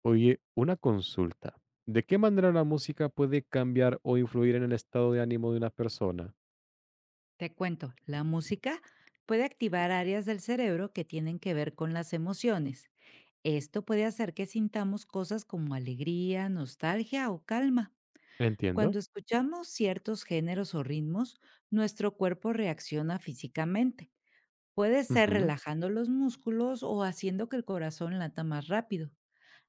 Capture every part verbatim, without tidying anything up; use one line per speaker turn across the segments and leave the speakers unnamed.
Oye, una consulta. ¿De qué manera la música puede cambiar o influir en el estado de ánimo de una persona?
Te cuento, la música puede activar áreas del cerebro que tienen que ver con las emociones. Esto puede hacer que sintamos cosas como alegría, nostalgia o calma.
Entiendo.
Cuando escuchamos ciertos géneros o ritmos, nuestro cuerpo reacciona físicamente. Puede ser
Ujú.
relajando los músculos o haciendo que el corazón lata más rápido.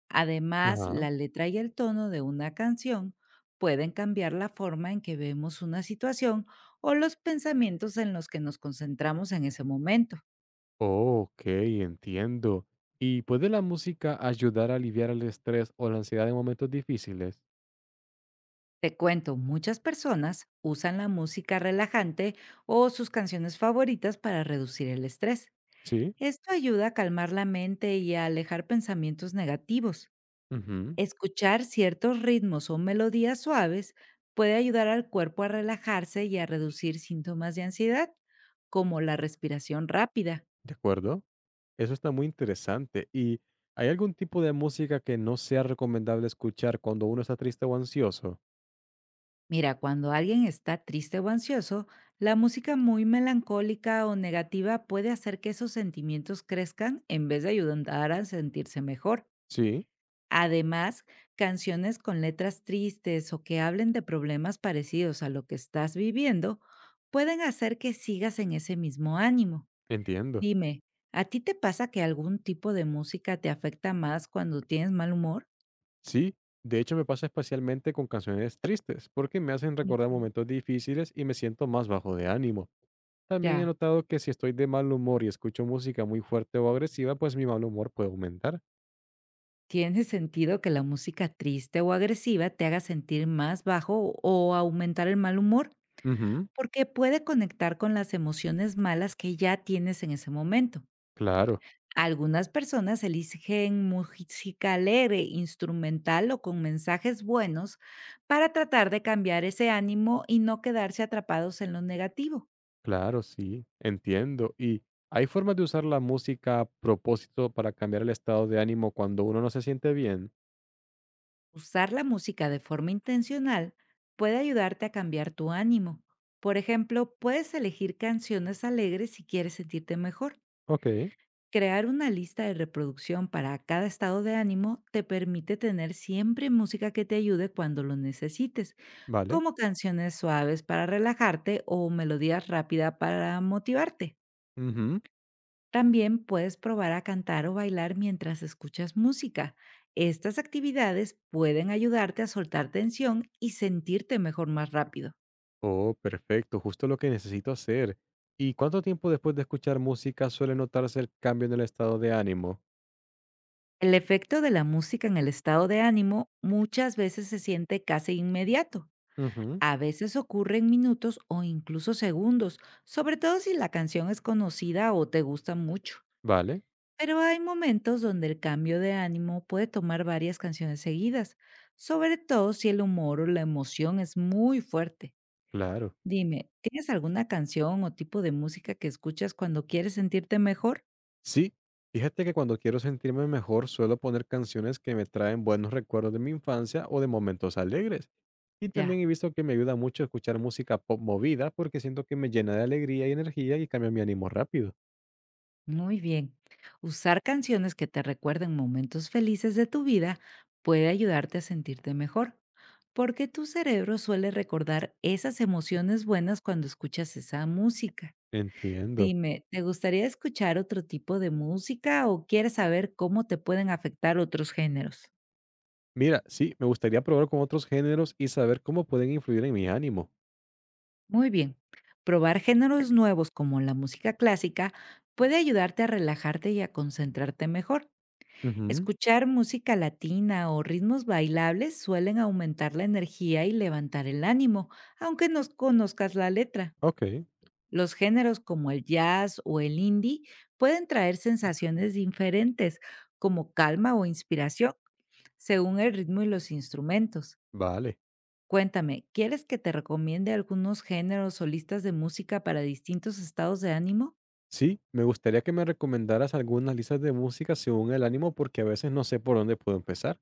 Además,
Ajá.
la letra y el tono de una canción pueden cambiar la forma en que vemos una situación o los pensamientos en los que nos concentramos en ese momento.
Ok, entiendo. ¿Y puede la música ayudar a aliviar el estrés o la ansiedad en momentos difíciles?
Te cuento, muchas personas usan la música relajante o sus canciones favoritas para reducir el estrés.
Sí.
Esto ayuda a calmar la mente y a alejar pensamientos negativos.
Ujú.
Escuchar ciertos ritmos o melodías suaves puede ayudar al cuerpo a relajarse y a reducir síntomas de ansiedad, como la respiración rápida.
De acuerdo. Eso está muy interesante. ¿Y hay algún tipo de música que no sea recomendable escuchar cuando uno está triste o ansioso?
Mira, cuando alguien está triste o ansioso, la música muy melancólica o negativa puede hacer que esos sentimientos crezcan en vez de ayudar a sentirse mejor.
Sí,
Además, canciones con letras tristes o que hablen de problemas parecidos a lo que estás viviendo pueden hacer que sigas en ese mismo ánimo.
entiendo.
Dime, ¿a ti te pasa que algún tipo de música te afecta más cuando tienes mal humor?
Sí, de hecho me pasa especialmente con canciones tristes, porque me hacen recordar
Ujú.
momentos difíciles y me siento más bajo de ánimo. También he
Ya,
notado que si estoy de mal humor y escucho música muy fuerte o agresiva, pues mi mal humor puede aumentar.
¿tiene sentido que la música triste o agresiva te haga sentir más bajo o aumentar el mal humor?
Ujú.
Porque puede conectar con las emociones malas que ya tienes en ese momento.
Claro,
Algunas personas eligen música alegre, instrumental o con mensajes buenos para tratar de cambiar ese ánimo y no quedarse atrapados en lo negativo.
claro, sí, entiendo. ¿Y hay formas de usar la música a propósito para cambiar el estado de ánimo cuando uno no se siente bien?
Usar la música de forma intencional puede ayudarte a cambiar tu ánimo. Por ejemplo, puedes elegir canciones alegres si quieres sentirte mejor.
Ok,
Crear una lista de reproducción para cada estado de ánimo te permite tener siempre música que te ayude cuando lo necesites,
vale.
como canciones suaves para relajarte o melodías rápidas para motivarte.
Ujú.
También puedes probar a cantar o bailar mientras escuchas música. Estas actividades pueden ayudarte a soltar tensión y sentirte mejor más rápido.
Oh, perfecto, justo lo que necesito hacer. ¿Y cuánto tiempo después de escuchar música suele notarse el cambio en el estado de ánimo?
El efecto de la música en el estado de ánimo muchas veces se siente casi inmediato.
Ujú.
A veces ocurre en minutos o incluso segundos, sobre todo si la canción es conocida o te gusta mucho.
Vale,
Pero hay momentos donde el cambio de ánimo puede tomar varias canciones seguidas, sobre todo si el humor o la emoción es muy fuerte.
claro.
Dime, ¿tienes alguna canción o tipo de música que escuchas cuando quieres sentirte mejor?
Sí, fíjate que cuando quiero sentirme mejor suelo poner canciones que me traen buenos recuerdos de mi infancia o de momentos alegres. Y también
Ya,
he visto que me ayuda mucho escuchar música pop movida porque siento que me llena de alegría y energía y cambia mi ánimo rápido.
muy bien. Usar canciones que te recuerden momentos felices de tu vida puede ayudarte a sentirte mejor, porque tu cerebro suele recordar esas emociones buenas cuando escuchas esa música.
Entiendo.
Dime, ¿te gustaría escuchar otro tipo de música o quieres saber cómo te pueden afectar otros géneros?
Mira, sí, me gustaría probar con otros géneros y saber cómo pueden influir en mi ánimo.
Muy bien, probar géneros nuevos como la música clásica puede ayudarte a relajarte y a concentrarte mejor.
Ujú.
Escuchar música latina o ritmos bailables suelen aumentar la energía y levantar el ánimo, aunque no conozcas la letra.
Ok.
Los géneros como el jazz o el indie pueden traer sensaciones diferentes, como calma o inspiración, según el ritmo y los instrumentos.
Vale.
Cuéntame, ¿quieres que te recomiende algunos géneros o listas de música para distintos estados de ánimo?
Sí, me gustaría que me recomendaras algunas listas de música según el ánimo porque a veces no sé por dónde puedo empezar.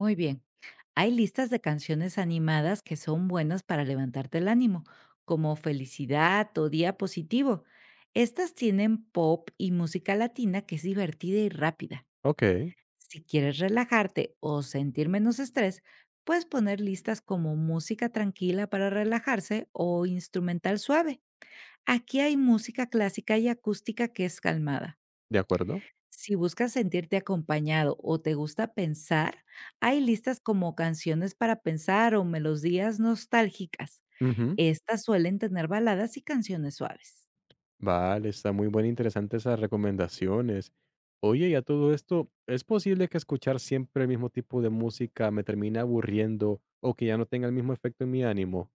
Muy bien. Hay listas de canciones animadas que son buenas para levantarte el ánimo, como Felicidad o Día Positivo. Estas tienen pop y música latina que es divertida y rápida.
Ok,
Si quieres relajarte o sentir menos estrés, puedes poner listas como música tranquila para relajarse o instrumental suave. Aquí hay música clásica y acústica que es calmada.
de acuerdo.
Si buscas sentirte acompañado o te gusta pensar, hay listas como canciones para pensar o melodías nostálgicas.
Ujú.
Estas suelen tener baladas y canciones suaves.
Vale, está muy buena, interesante esas recomendaciones. Oye, y a todo esto, ¿es posible que escuchar siempre el mismo tipo de música me termine aburriendo o que ya no tenga el mismo efecto en mi ánimo?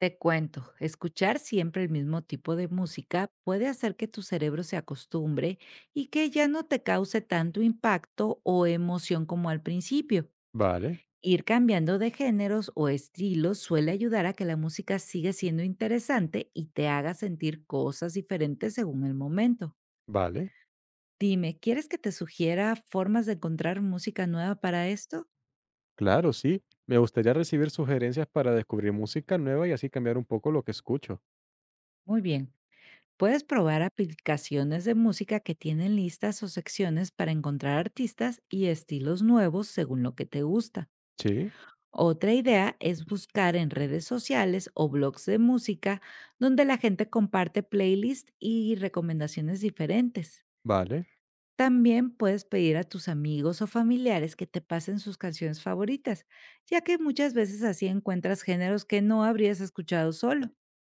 Te cuento, escuchar siempre el mismo tipo de música puede hacer que tu cerebro se acostumbre y que ya no te cause tanto impacto o emoción como al principio.
Vale,
Ir cambiando de géneros o estilos suele ayudar a que la música siga siendo interesante y te haga sentir cosas diferentes según el momento.
vale.
Dime, ¿quieres que te sugiera formas de encontrar música nueva para esto?
Claro, sí. Me gustaría recibir sugerencias para descubrir música nueva y así cambiar un poco lo que escucho.
Muy bien. Puedes probar aplicaciones de música que tienen listas o secciones para encontrar artistas y estilos nuevos según lo que te gusta.
Sí,
Otra idea es buscar en redes sociales o blogs de música donde la gente comparte playlists y recomendaciones diferentes.
vale.
También puedes pedir a tus amigos o familiares que te pasen sus canciones favoritas, ya que muchas veces así encuentras géneros que no habrías escuchado solo.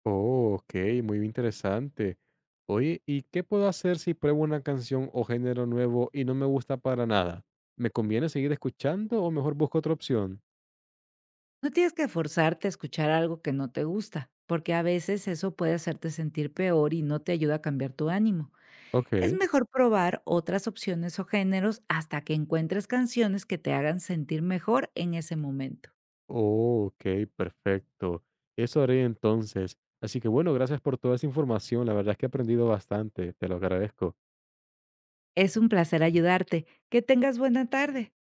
Oh, ok, muy interesante. Oye, ¿y qué puedo hacer si pruebo una canción o género nuevo y no me gusta para nada? ¿Me conviene seguir escuchando o mejor busco otra opción?
No tienes que forzarte a escuchar algo que no te gusta, porque a veces eso puede hacerte sentir peor y no te ayuda a cambiar tu ánimo.
Ok.
Es mejor probar otras opciones o géneros hasta que encuentres canciones que te hagan sentir mejor en ese momento.
Oh, ok, perfecto. Eso haré entonces. Así que bueno, gracias por toda esa información. La verdad es que he aprendido bastante. Te lo agradezco.
Es un placer ayudarte. Que tengas buena tarde.